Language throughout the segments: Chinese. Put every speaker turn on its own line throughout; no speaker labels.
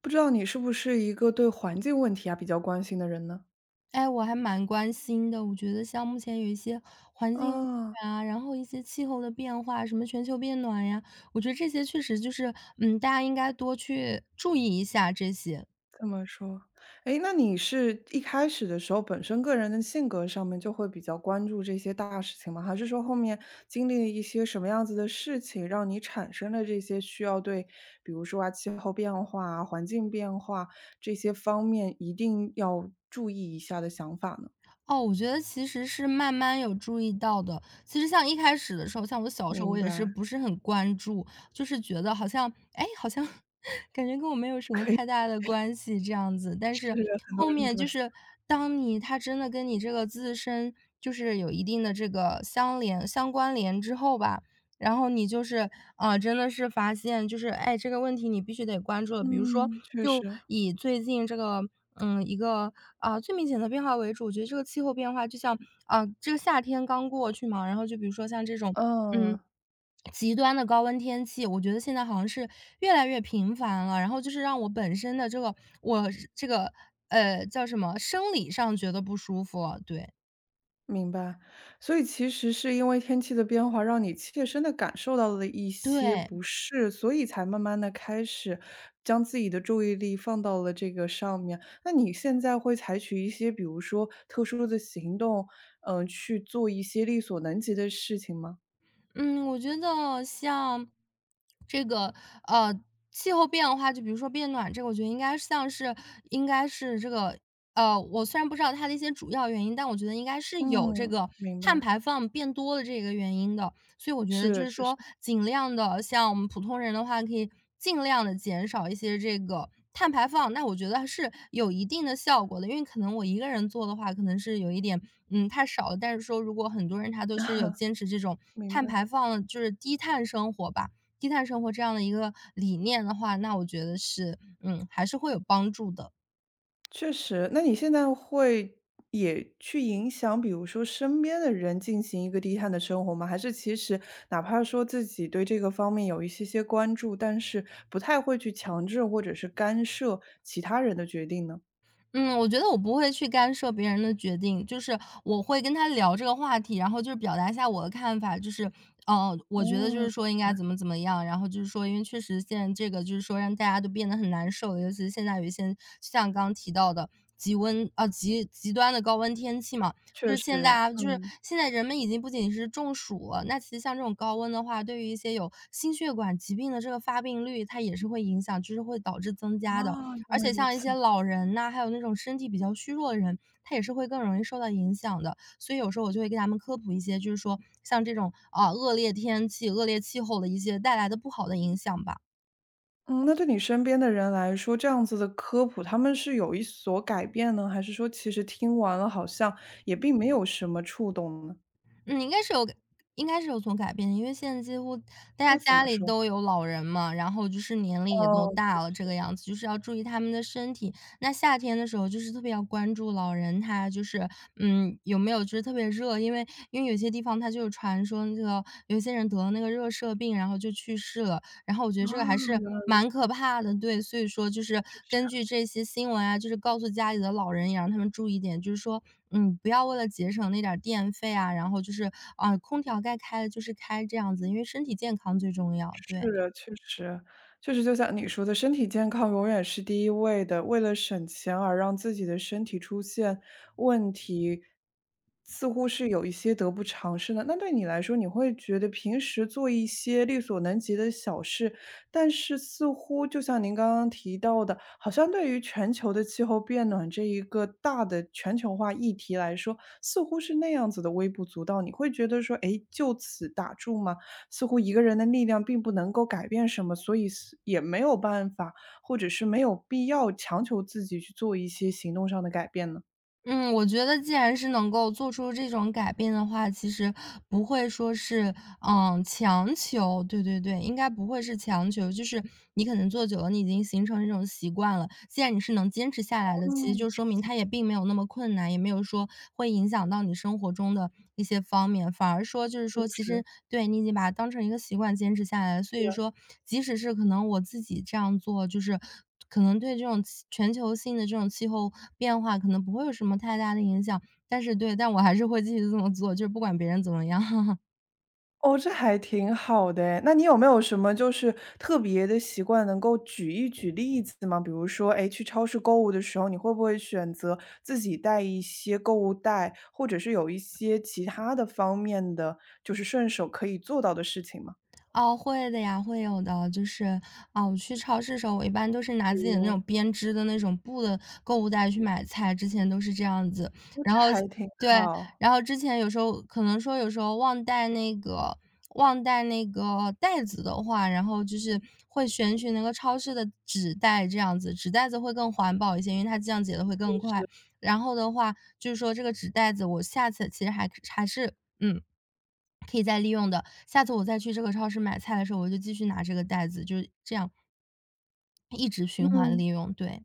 不知道你是不是一个对环境问题啊比较关心的人呢？
哎，我还蛮关心的。我觉得像目前有一些环境污
啊，
染啊，然后一些气候的变化，什么全球变暖呀，我觉得这些确实就是，大家应该多去注意一下这些。
这么说，哎，那你是一开始的时候本身个人的性格上面就会比较关注这些大事情吗？还是说后面经历了一些什么样子的事情，让你产生了这些需要对，比如说啊气候变化啊环境变化这些方面一定要注意一下的想法呢？
哦，我觉得其实是慢慢有注意到的。其实像一开始的时候，像我小时候，
明
我也是
白，
不是很关注，就是觉得好像，哎，好像 感觉跟我没有什么
可以
太大的关系这样子。但
是
是
很多
后
人都
面
这么
就
想。
是当你他真的跟你这个自身就是有一定的这个相连相关联之后吧，然后你就是，啊，真的是发现就是，哎，这个问题你必须得关注了。比如说
嗯，确
就
实，
以最近这个，一个，啊，最明显的变化为主，我觉得这个气候变化就像，啊，这个夏天刚过去嘛，然后就比如说像这种，嗯，
嗯。
极端的高温天气，我觉得现在好像是越来越频繁了。然后就是让我本身的这个我是这个，叫什么，生理上觉得不舒服，对，
明白，所以其实是因为天气的变化，让你切身的感受到了一些
对。
不适，所以才慢慢的开始将自己的注意力放到了这个上面。那你现在会采取一些比如说特殊的行动，嗯，去做一些力所能及的事情吗？
嗯，我觉得像这个呃气候变化，就比如说变暖这个，我觉得应该像是应该是这个我虽然不知道它的一些主要原因，但我觉得应该是有这
嗯，
个
明白，
碳排放变多的这个原因的。所以我觉得
是，
就是
确实，
说，尽量的像我们普通人的话，可以尽量的减少一些这个碳排放，那我觉得是有一定的效果的。因为可能我一个人做的话，可能是有一点，太少了，但是说如果很多人他都是有坚持这种
明
碳
白。
排放就是低碳生活吧，低碳生活这样的一个理念的话，那我觉得是，还是会有帮助的。
确实，那你现在会也去影响，比如说身边的人进行一个低碳的生活吗？还是其实哪怕说自己对这个方面有一些些关注，但是不太会去强制或者是干涉其他人的决定呢？
嗯，我觉得我不会去干涉别人的决定，就是我会跟他聊这个话题，然后就是表达一下我的看法，就是，我觉得就
嗯，
是说应该怎么怎么样，然后就是说，因为确实现在这个就是说让大家都变得很难受，尤其是现在有一些像刚刚提到的极温啊、极端的高温天气嘛，
确
就是现在
实，
啊，就是
嗯，
现在人们已经不仅是中暑了，那其实像这种高温的话，对于一些有心血管疾病的这个发病率，它也是会影响，就是会导致增加的。
啊，原
而
来
且
如
像一些
此。
老人呐，还有那种身体比较虚弱的人，他也是会更容易受到影响的。所以有时候我就会给他们科普一些，就是说像这种啊恶劣天气、恶劣气候的一些带来的不好的影响吧。
嗯，那对你身边的人来说，这样子的科普，他们是有一所改变呢，还是说其实听完了好像也并没有什么触动呢？
嗯，应该是有改应该是有所改变的，因为现在几乎大家
哦，怎
家
么
里
说？
都有老人嘛，然后就是年龄也都
哦，
大了，这个样子，就是要注意他们的身体。那夏天的时候就是特别要关注老人，他就是，有没有就是特别热，因为有些地方它就有传说那个有些人得了那个热射病，然后就去世了。然后我觉得这个还
啊。
是蛮可怕的，对，所以说就是根据这些新闻啊，就是告诉家里的老人，也让他们注意点，就是说，不要为了节省那点儿电费啊，然后就是啊，空调该开的就是开这样子，因为身体健康最重要，
是
对。
的，确实，确实就像你说的，身体健康永远是第一位的。为了省钱而让自己的身体出现问题，似乎是有一些得不偿失的。那对你来说，你会觉得平时做一些力所能及的小事，但是似乎就像您刚刚提到的，好像对于全球的气候变暖这一个大的全球化议题来说，似乎是那样子的微不足道。你会觉得说，哎，就此打住吗？似乎一个人的力量并不能够改变什么，所以是也没有办法，或者是没有必要强求自己去做一些行动上的改变呢？
嗯，我觉得既然是能够做出这种改变的话，其实不会说是强求，对对对，应该不会是强求，就是你可能做久了，你已经形成这种习惯了。既然你是能坚持下来的，其实
哦，
就说
是
明
习
它也并没有那么困难，也没有说会影响到你生活中的一些方面，反而说就是
就
说，其
是，
实对你已经把它当成一个习惯坚持下来了。所以说，即使是可能我自己这样做，就是可能对这种全球性的这种气候变化，可能不会有什么太大的影响，但是对，但我还是会继续这么做，就是不管别人怎么样。
哦，这还挺好的诶那你有没有什么就是特别的习惯，能够举一举例子吗？比如说，哎，去超市购物的时候，你会不会选择自己带一些购物袋，或者是有一些其他的方面的，就是顺手可以做到的事情吗？
哦，会的呀，会有的。就是，啊，我去超市的时候，我一般都是拿
比
自己的那
如
种编织的那种布的购物袋去买菜，之前都是这样子。
哦，
然
这
后
还挺
对，
好。
然后之前有时候可能说有时候忘带那个袋子的话，然后就是会选取那个超市的纸袋这样子，纸袋子会更环保一些，因为它降解的会更快。然后的话，就是说这个纸袋子，我下次其实还是嗯。可以再利用的，下次我再去这个超市买菜的时候，我就继续拿这个袋子，就是这样一直循环利
嗯。
用，对。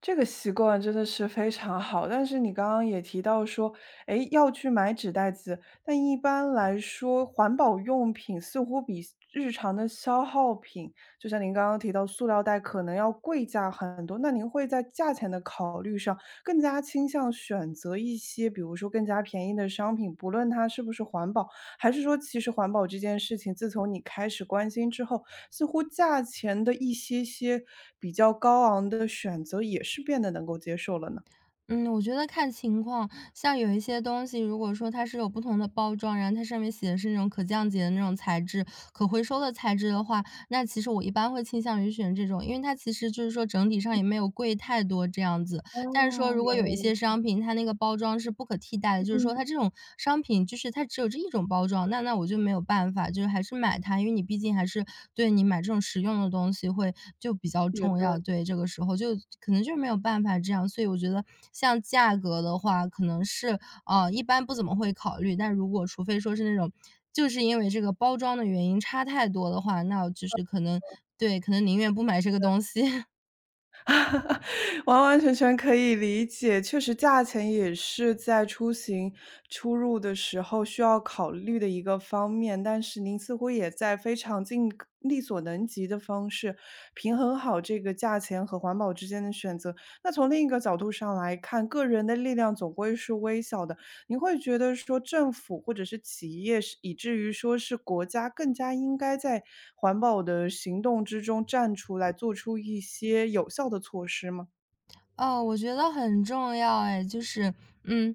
这个习惯真的是非常好，但是你刚刚也提到说，诶，要去买纸袋子，但一般来说，环保用品似乎比日常的消耗品，就像您刚刚提到塑料袋可能要贵价很多，那您会在价钱的考虑上更加倾向选择一些，比如说更加便宜的商品，不论它是不是环保，还是说其实环保这件事情，自从你开始关心之后，似乎价钱的一些些比较高昂的选择也是变得能够接受了呢？
嗯，我觉得看情况，像有一些东西，如果说它是有不同的包装，然后它上面写的是那种可降解的那种材质、可回收的材质的话，那其实我一般会倾向于选这种，因为它其实就是说整体上也没有贵太多这样子。
哦，
但是说如果
原
有
来
一
如
些
此。
商品，它那个包装是不可替代的，就是说
嗯，
它这种商品就是它只有这一种包装，那我就没有办法，就是还是买它，因为你毕竟还是对你买这种实用的东西会就比较
也
重要，
对。
对，这个时候就可能就是没有办法这样，所以我觉得像价格的话，可能是，一般不怎么会考虑，但如果除非说是那种就是因为这个包装的原因差太多的话，那我就是可能对，可能宁愿不买这个东西。
完完全全可以理解，确实价钱也是在出行出入的时候需要考虑的一个方面，但是您似乎也在非常尽力所能及的方式，平衡好这个价钱和环保之间的选择。那从另一个角度上来看，个人的力量总归是微小的，您会觉得说政府或者是企业，是以至于说是国家，更加应该在环保的行动之中站出来，做出一些有效的措施吗？
哦，我觉得很重要哎，就是，嗯，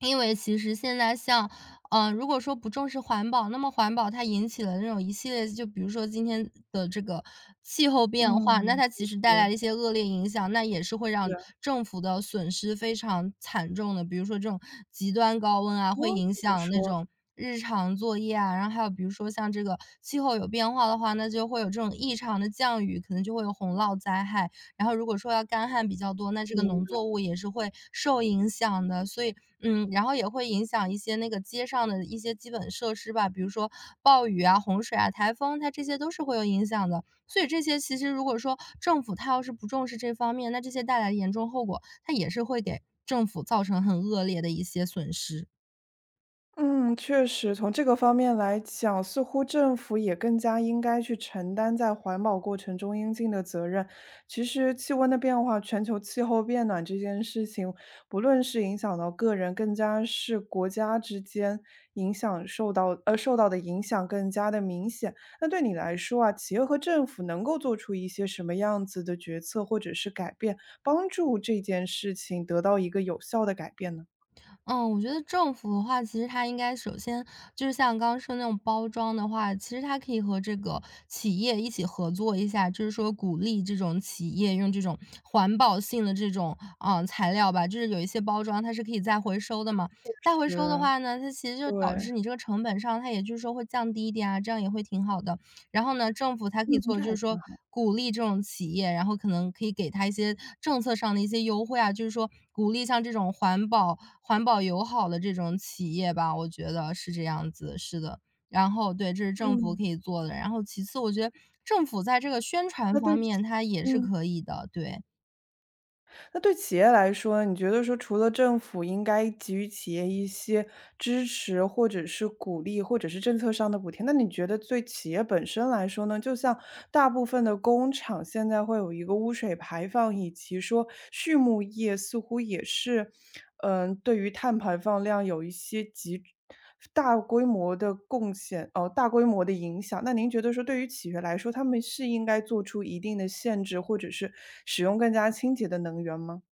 因为其实现在像，如果说不重视环保，那么环保它引起了那种一系列，就比如说今天的这个气候变
嗯，
化，那它
确
其实带来
实，
了一些恶劣影响，那也是会让
是。
政府的损失非常惨重的。比如说这种极端高温啊，会
我
影
怎么
响那
说？
种日常作业啊，然后还有比如说像这个气候有变化的话，那就会有这种异常的降雨，可能就会有洪涝灾害。然后如果说要干旱比较多，那这个
明
农作物也是会受影响的。所以，然后也会影响一些那个街上的一些基本设施吧，比如说暴雨啊、洪水啊、台风，它这些都是会有影响的。所以这些其实如果说政府它要是不重视这方面，那这些带来的严重后果，它也是会给政府造成很恶劣的一些损失。
嗯，确实，从这个方面来讲，似乎政府也更加应该去承担在环保过程中应尽的责任。其实，气温的变化，全球气候变暖这件事情，不论是影响到个人，更加是国家之间影响受到受到的影响更加的明显。那对你来说啊，企业和政府能够做出一些什么样子的决策或者是改变，帮助这件事情得到一个有效的改变呢？
嗯，我觉得政府的话，其实它应该首先就是像刚刚说那种包装的话，其实它可以和这个企业一起合作一下，就是说鼓励这种企业用这种环保性的这种材料吧，就是有一些包装它是可以再回收的嘛。再回收的
是，
话呢，它其实就导
对，
致你这个成本上，它也就是说会降低一点啊，这样也会挺好的。然后呢，政府它可以
嗯，
做
这
就
还
是说鼓励这种企业，然后可能可以给他一些政策上的一些优惠啊，就是说鼓励像这种环保环保友好的这种企业吧，我觉得是这样子，是的。然后对，这是政府
嗯，
可以做的，然后其次我觉得政府在这个宣传
那
方
对企
面它也是
嗯，
可以的，对。
那对企业来说，你觉得说除了政府应该给予企业一些支持，或者是鼓励，或者是政策上的补贴，那你觉得对企业本身来说呢？就像大部分的工厂现在会有一个污水排放，以及说畜牧业似乎也是，嗯、对于碳排放量有一些极。大规模的贡献，哦，大规模的影响。那您觉得说对于企业来说，他们是应该做出一定的限制，或者是使用更加清洁的能源吗？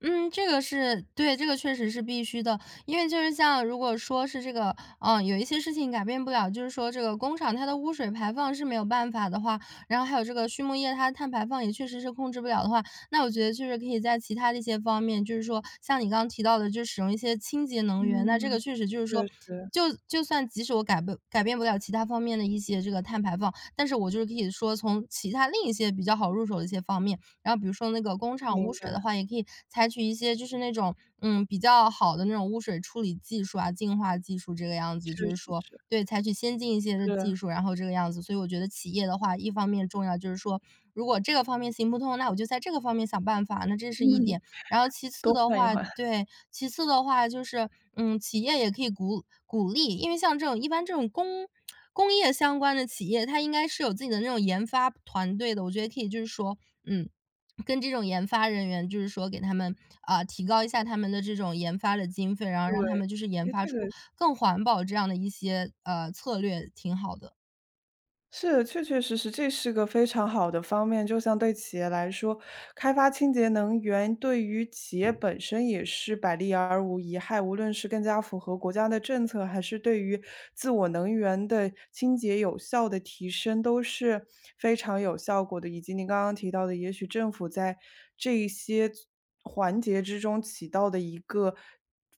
嗯，这个是对，这个确实是必须的。因为就是像如果说是这个，有一些事情改变不了，就是说这个工厂它的污水排放是没有办法的话，然后还有这个畜牧业它的碳排放也确实是控制不了的话，那我觉得就是可以在其他的一些方面，就是说像你刚刚提到的，就使用一些清洁能源，那这
嗯，
个确实就是
确
说。
实，
就就算即使我改变不了其他方面的一些这个碳排放，但是我就是可以说从其他另一些比较好入手的一些方面，然后比如说那个工厂
明
污水
白，
的话，也可以采取一些就是那种比较好的那种污水处理技术啊、净化技术这个样
确
子，就是
实
说
是，
对采取先进一些的
是，
技术，然后这个样子。所以我觉得企业的话，一方面重要就是说，如果这个方面行不通，那我就在这个方面想办法，那这
嗯，
是一 点。然后其次
多
的
换一
话，
换，
对，其次的话就是，企业也可以鼓励，因为像这种一般这种工业相关的企业，它应该是有自己的那种研发团队的。我觉得可以就是说，嗯，跟这种研发人员就是说给他们，提高一下他们的这种研发的经费，然后
对。
让他们就是研
诶，
发
这
出
个
更环保这样的一些，策略，挺好的。
是，确确实实，这是个非常好的方面。就像对企业来说，开发清洁能源对于企业本身也是百利而无一害。无论是更加符合国家的政策，还是对于自我能源的清洁有效的提升，都是非常有效果的。以及您刚刚提到的，也许政府在这一些环节之中起到的一个。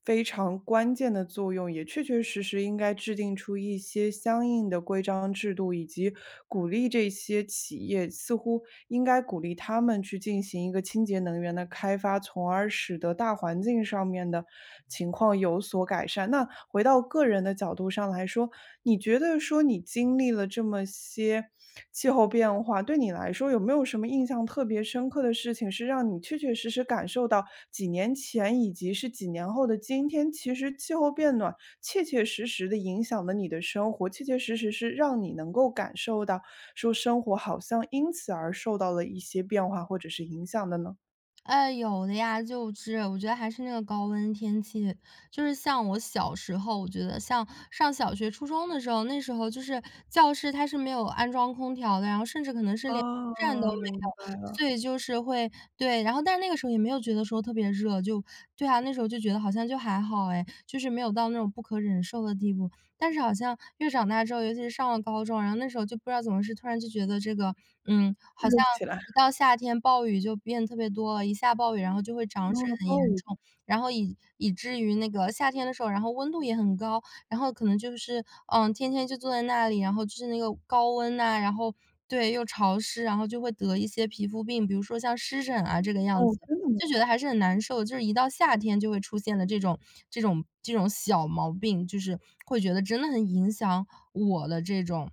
非常关键的作用，也确确实实应该制定出一些相应的规章制度，以及鼓励这些企业，似乎应该鼓励他们去进行一个清洁能源的开发，从而使得大环境上面的情况有所改善。那回到个人的角度上来说，你觉得说你经历了这么些气候变化，对你来说有没有什么印象特别深刻的事情，是让你确确实实感受到几年前以及是几年后的今天，其实气候变暖切切实实的影响了你的生活，切切实实是让你能够感受到说生活好像因此而受到了一些变化或者是影响的呢？
哎，有的呀，就是我觉得还是那个高温天气，就是像我小时候，我觉得像上小学、初中的时候，那时候就是教室它是没有安装空调的，然后甚至可能是连风扇都没
啊，明白了，
有，所以就是会对，然后但是那个时候也没有觉得说特别热，就对啊，那时候就觉得好像就还好，哎，就是没有到那种不可忍受的地步。但是好像越长大之后，尤其是上了高中，然后那时候就不知道怎么是突然就觉得这个，好像
热起来，
一到夏天暴雨就变得特别多了，一下暴雨然后就会涨水
哦，
很严
暴雨，
重，然后以至于那个夏天的时候，然后温度也很高，然后可能就是，天天就坐在那里，然后就是那个高温呐，然后对，又潮湿，然后就会得一些皮肤病，比如说像湿疹啊这个样
哦，
子。
真的吗？
就觉得还是很难受，就是一到夏天就会出现的这种小毛病，就是会觉得真的很影响我的这种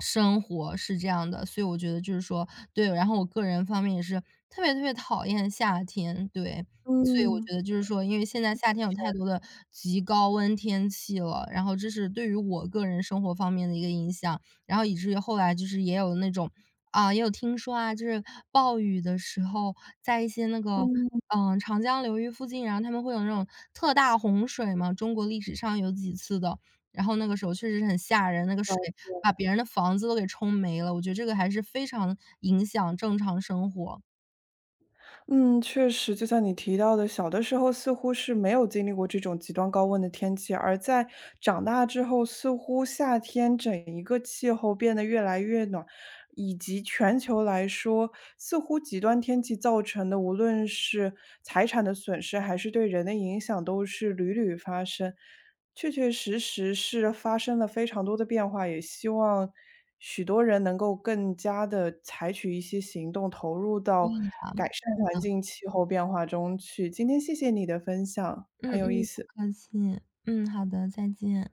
生活，是这样的。所以我觉得就是说对，然后我个人方面也是特别特别讨厌夏天，对。所以我
嗯，
觉得就是说，因为现在夏天有太多的极高温天气了，然后这是对于我个人生活方面的一个影响。然后以至于后来就是也有那种啊，也有听说啊，就是暴雨的时候，在一些那个，
嗯，
长江流域附近，然后他们会有那种特大洪水嘛，中国历史上有几次的。然后那个时候确实是很吓人，那个水
了
把别人的房子都给冲没了，我觉得这个还是非常影响正常生活。
嗯，确实，就像你提到的，小的时候似乎是没有经历过这种极端高温的天气，而在长大之后，似乎夏天整一个气候变得越来越暖，以及全球来说，似乎极端天气造成的，无论是财产的损失，还是对人的影响，都是屡屡发生。确确实实是发生了非常多的变化，也希望许多人能够更加的采取一些行动，投入
对，
到改善
是
环
的，
境、气候变化中去。今天谢谢你的分享，很
嗯
有意
嗯，不
思。
客气。嗯，好的，再见。